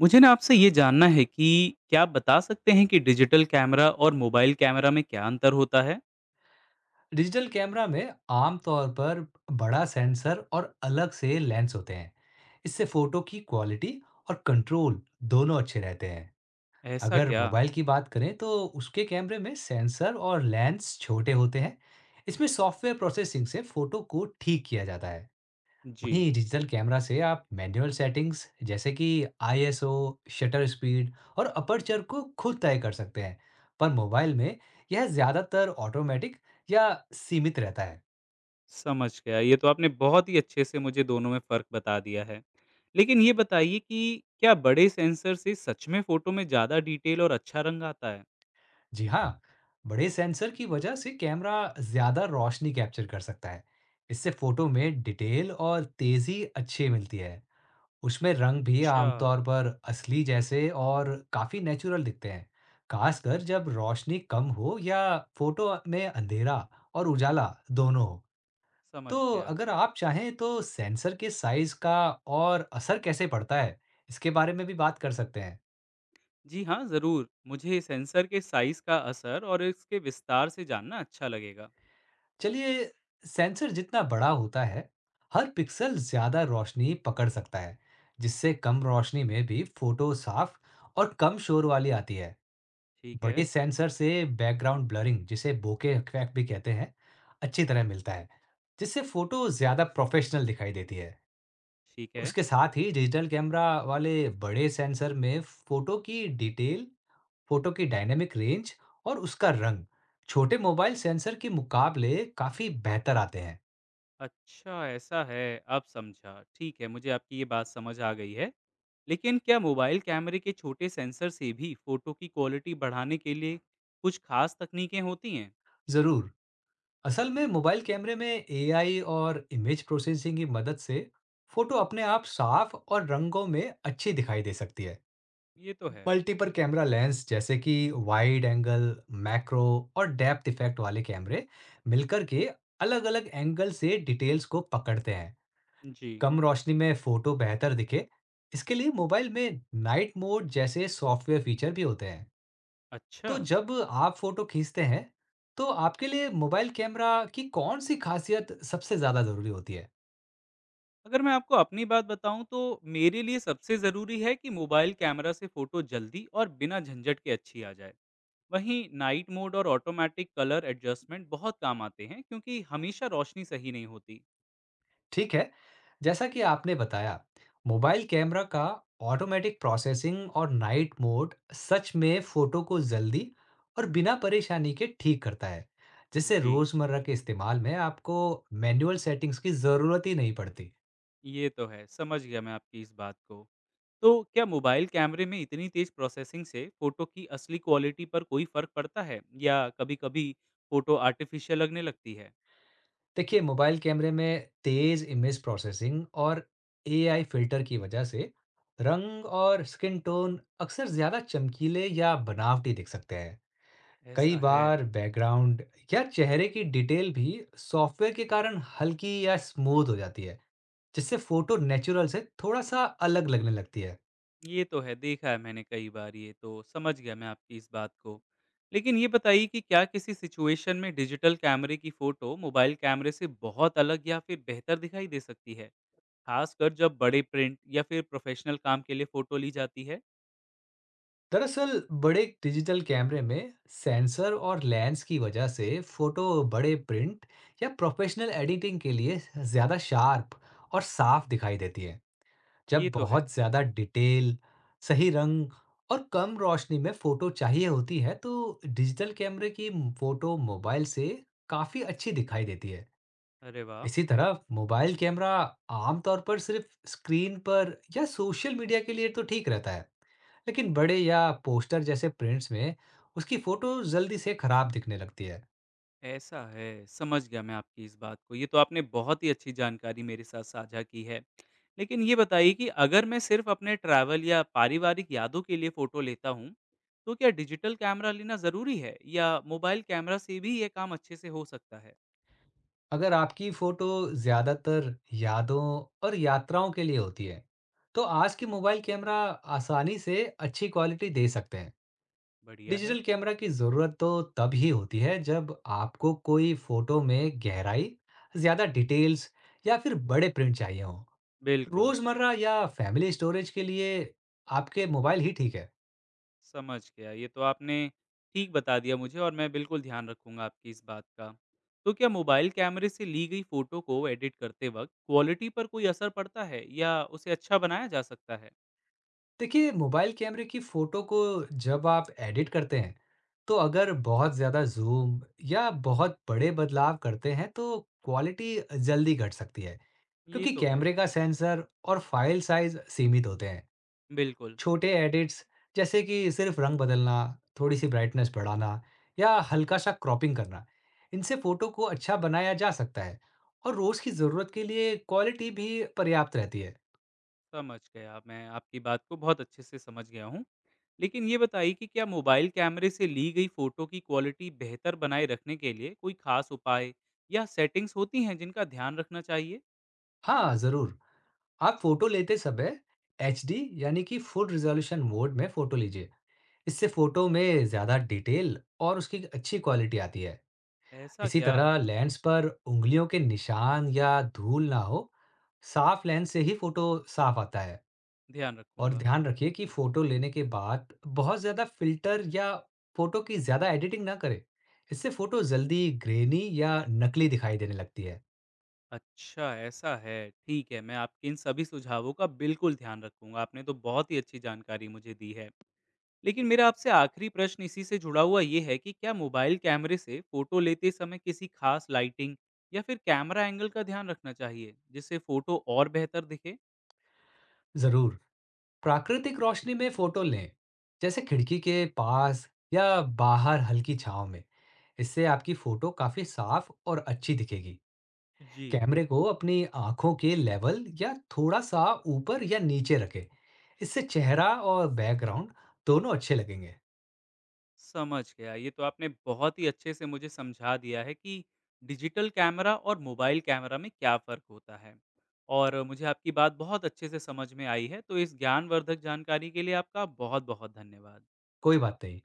मुझे ना आपसे ये जानना है कि क्या आप बता सकते हैं कि डिजिटल कैमरा और मोबाइल कैमरा में क्या अंतर होता है? डिजिटल कैमरा में आमतौर पर बड़ा सेंसर और अलग से लेंस होते हैं। इससे फोटो की क्वालिटी और कंट्रोल दोनों अच्छे रहते हैं। ऐसा अगर क्या? मोबाइल की बात करें तो उसके कैमरे में सेंसर और लेंस छोटे होते हैं। इसमें सॉफ्टवेयर प्रोसेसिंग से फोटो को ठीक किया जाता है। जी। वहीं डिजिटल कैमरा से आप मैनुअल सेटिंग्स जैसे कि आईएसओ, शटर स्पीड और अपर्चर को खुद तय कर सकते हैं, पर मोबाइल में यह ज़्यादातर ऑटोमेटिक या सीमित रहता है। समझ गया। ये तो आपने बहुत ही अच्छे से मुझे दोनों में फ़र्क बता दिया है। लेकिन ये बताइए कि क्या बड़े सेंसर से सच में फ़ोटो में ज़्यादा डिटेल और अच्छा रंग आता है? जी हाँ, बड़े सेंसर की वजह से कैमरा ज़्यादा रोशनी कैप्चर कर सकता है। इससे फोटो में डिटेल और तेज़ी अच्छी मिलती है। उसमें रंग भी अच्छा, आमतौर पर असली जैसे और काफी नेचुरल दिखते हैं, खासकर जब रोशनी कम हो या फोटो में अंधेरा और उजाला दोनों हो। समझ तो गया। अगर आप चाहें तो सेंसर के साइज का और असर कैसे पड़ता है, इसके बारे में भी बात कर सकते हैं। जी हाँ, ज़रूर। मुझे सेंसर के साइज़ का असर और इसके विस्तार से जानना अच्छा लगेगा। चलिए, सेंसर जितना बड़ा होता है, हर पिक्सल ज्यादा रोशनी पकड़ सकता है, जिससे कम रोशनी में भी फोटो साफ और कम शोर वाली आती है। ठीक है। बड़े सेंसर से बैकग्राउंड ब्लरिंग जिसे बोके इफेक्ट भी कहते हैं अच्छी तरह मिलता है, जिससे फोटो ज़्यादा प्रोफेशनल दिखाई देती है। ठीक है। उसके साथ ही डिजिटल कैमरा वाले बड़े सेंसर में फोटो की डिटेल, फोटो की डायनेमिक रेंज और उसका रंग छोटे मोबाइल सेंसर के मुकाबले काफ़ी बेहतर आते हैं। अच्छा, ऐसा है। अब समझा। ठीक है, मुझे आपकी ये बात समझ आ गई है। लेकिन क्या मोबाइल कैमरे के छोटे सेंसर से भी फोटो की क्वालिटी बढ़ाने के लिए कुछ खास तकनीकें होती हैं? ज़रूर। असल में मोबाइल कैमरे में एआई और इमेज प्रोसेसिंग की मदद से फोटो अपने आप साफ और रंगों में अच्छी दिखाई दे सकती है। ये तो है। मल्टीपल कैमरा लेंस जैसे कि वाइड एंगल, मैक्रो और डेप्थ इफेक्ट वाले कैमरे मिलकर के अलग-अलग एंगल से डिटेल्स को पकड़ते हैं। जी। कम रोशनी में फोटो बेहतर दिखे, इसके लिए मोबाइल में नाइट मोड जैसे सॉफ्टवेयर फीचर भी होते हैं। अच्छा। तो जब आप फोटो खींचते हैं, तो आपके लिए मोबाइल कैमरा की कौन सी खासियत सबसे ज़्यादा ज़रूरी होती है? अगर मैं आपको अपनी बात बताऊं तो मेरे लिए सबसे ज़रूरी है कि मोबाइल कैमरा से फ़ोटो जल्दी और बिना झंझट के अच्छी आ जाए। वहीं नाइट मोड और ऑटोमेटिक कलर एडजस्टमेंट बहुत काम आते हैं, क्योंकि हमेशा रोशनी सही नहीं होती। ठीक है। जैसा कि आपने बताया, मोबाइल कैमरा का ऑटोमैटिक प्रोसेसिंग और नाइट मोड सच में फ़ोटो को जल्दी और बिना परेशानी के ठीक करता है, जिससे जी। रोज़मर्रा के इस्तेमाल में आपको मैनुअल सेटिंग्स की ज़रूरत ही नहीं पड़ती। ये तो है, समझ गया मैं आपकी इस बात को। तो क्या मोबाइल कैमरे में इतनी तेज़ प्रोसेसिंग से फ़ोटो की असली क्वालिटी पर कोई फ़र्क पड़ता है? या कभी-कभी फ़ोटो आर्टिफ़िशियल लगने लगती है? देखिए, मोबाइल कैमरे में तेज़ इमेज प्रोसेसिंग और एआई फ़िल्टर की वजह से रंग और स्किन टोन अक्सर ज़्यादा चमकीले या बनावटी दिख सकते हैं। कई ऐसा है। बार बैकग्राउंड या चेहरे की डिटेल भी सॉफ्टवेयर के कारण हल्की या स्मूथ हो जाती है, जिससे फोटो नेचुरल से थोड़ा सा अलग लगने लगती है। ये तो है, देखा है मैंने कई बार ये तो, समझ गया मैं आपकी इस बात को। लेकिन ये बताइए कि क्या किसी सिचुएशन में डिजिटल कैमरे की फ़ोटो मोबाइल कैमरे से बहुत अलग या फिर बेहतर दिखाई दे सकती है? ख़ासकर जब बड़े प्रिंट या फिर प्रोफ़ेशनल काम के लिए फ़ोटो ली जाती है? दरअसल बड़े डिजिटल कैमरे में सेंसर और लेंस की वजह से फोटो बड़े प्रिंट या प्रोफेशनल एडिटिंग के लिए ज़्यादा शार्प और साफ दिखाई देती है। ये जब तो है। बहुत ज्यादा डिटेल, सही रंग और कम रोशनी में फोटो चाहिए होती है, तो डिजिटल कैमरे की फोटो मोबाइल से काफी अच्छी दिखाई देती है। अरे वाह! इसी तरह मोबाइल कैमरा आमतौर पर सिर्फ स्क्रीन पर या सोशल मीडिया के लिए तो ठीक रहता है, लेकिन बड़े या पोस्टर जैसे प्रिंट्स में उसकी फोटो जल्दी से खराब दिखने लगती है। ऐसा है, समझ गया मैं आपकी इस बात को। ये तो आपने बहुत ही अच्छी जानकारी मेरे साथ साझा की है। लेकिन ये बताइए कि अगर मैं सिर्फ़ अपने ट्रैवल या पारिवारिक यादों के लिए फ़ोटो लेता हूँ, तो क्या डिजिटल कैमरा लेना ज़रूरी है या मोबाइल कैमरा से भी ये काम अच्छे से हो सकता है? अगर आपकी फोटो ज्यादातर यादों और यात्राओं के लिए होती है, तो आज के मोबाइल कैमरा आसानी से अच्छी क्वालिटी दे सकते हैं। बढ़िया है। डिजिटल कैमरा की जरूरत तो तब ही होती है जब आपको कोई फोटो में गहराई, ज्यादा डिटेल्स या फिर बड़े प्रिंट चाहिए हो। बिल्कुल। रोजमर्रा या फैमिली स्टोरेज के लिए आपके मोबाइल ही ठीक है। समझ गया। ये तो आपने ठीक बता दिया मुझे और मैं बिल्कुल ध्यान रखूँगा आपकी इस बात का। तो क्या मोबाइल कैमरे से ली गई फ़ोटो को एडिट करते वक़्त क्वालिटी पर कोई असर पड़ता है या उसे अच्छा बनाया जा सकता है? देखिए, मोबाइल कैमरे की फ़ोटो को जब आप एडिट करते हैं, तो अगर बहुत ज़्यादा ज़ूम या बहुत बड़े बदलाव करते हैं, तो क्वालिटी जल्दी घट सकती है, ये क्योंकि तो है। कैमरे का सेंसर और फ़ाइल साइज़ सीमित होते हैं। बिल्कुल। छोटे एडिट्स, जैसे कि सिर्फ रंग बदलना, थोड़ी-सी ब्राइटनेस बढ़ाना या हल्का-सा क्रॉपिंग करना, इनसे फ़ोटो को अच्छा बनाया जा सकता है और रोज़ की ज़रूरत के लिए क्वालिटी भी पर्याप्त रहती है। समझ गया, मैं आपकी बात को बहुत अच्छे से समझ गया हूँ। लेकिन ये बताइए कि क्या मोबाइल कैमरे से ली गई फ़ोटो की क्वालिटी बेहतर बनाए रखने के लिए कोई ख़ास उपाय या सेटिंग्स होती हैं जिनका ध्यान रखना चाहिए? हाँ, ज़रूर। आप फोटो लेते समय एचडी यानी कि फुल रिजोल्यूशन मोड में फोटो लीजिए। इससे फोटो में ज्यादा डिटेल और उसकी अच्छी क्वालिटी आती है। ऐसा इसी क्या? तरह लेंस पर उंगलियों के निशान या धूल ना हो। साफ लेंस से ही फोटो साफ आता है। ध्यान और रखूँगा। ध्यान रखिए कि फोटो लेने के बाद बहुत ज्यादा फिल्टर या फोटो की ज्यादा एडिटिंग ना करें। इससे फोटो जल्दी ग्रेनी या नकली दिखाई देने लगती है। अच्छा, ऐसा है। ठीक है, मैं आपके इन सभी सुझावों का बिल्कुल ध्यान रखूँगा। आपने तो बहुत ही अच्छी जानकारी मुझे दी है। लेकिन मेरा आपसे आखिरी प्रश्न इसी से जुड़ा हुआ ये है कि क्या मोबाइल कैमरे से फ़ोटो लेते समय किसी खास लाइटिंग या फिर कैमरा एंगल का ध्यान रखना चाहिए, जिससे फ़ोटो और बेहतर दिखे? जरूर। प्राकृतिक रोशनी में फोटो लें, जैसे खिड़की के पास या बाहर हल्की छांव में। इससे आपकी फोटो काफी साफ और अच्छी दिखेगी। जी। कैमरे को अपनी आंखों के लेवल या थोड़ा सा ऊपर या नीचे रखें। इससे चेहरा और बैकग्राउंड दोनों अच्छे लगेंगे। समझ गया। ये तो आपने बहुत ही अच्छे से मुझे समझा दिया है कि डिजिटल कैमरा और मोबाइल कैमरा में क्या फ़र्क होता है। और मुझे आपकी बात बहुत अच्छे से समझ में आई है, तो इस ज्ञानवर्धक जानकारी के लिए आपका बहुत-बहुत धन्यवाद। कोई बात नहीं।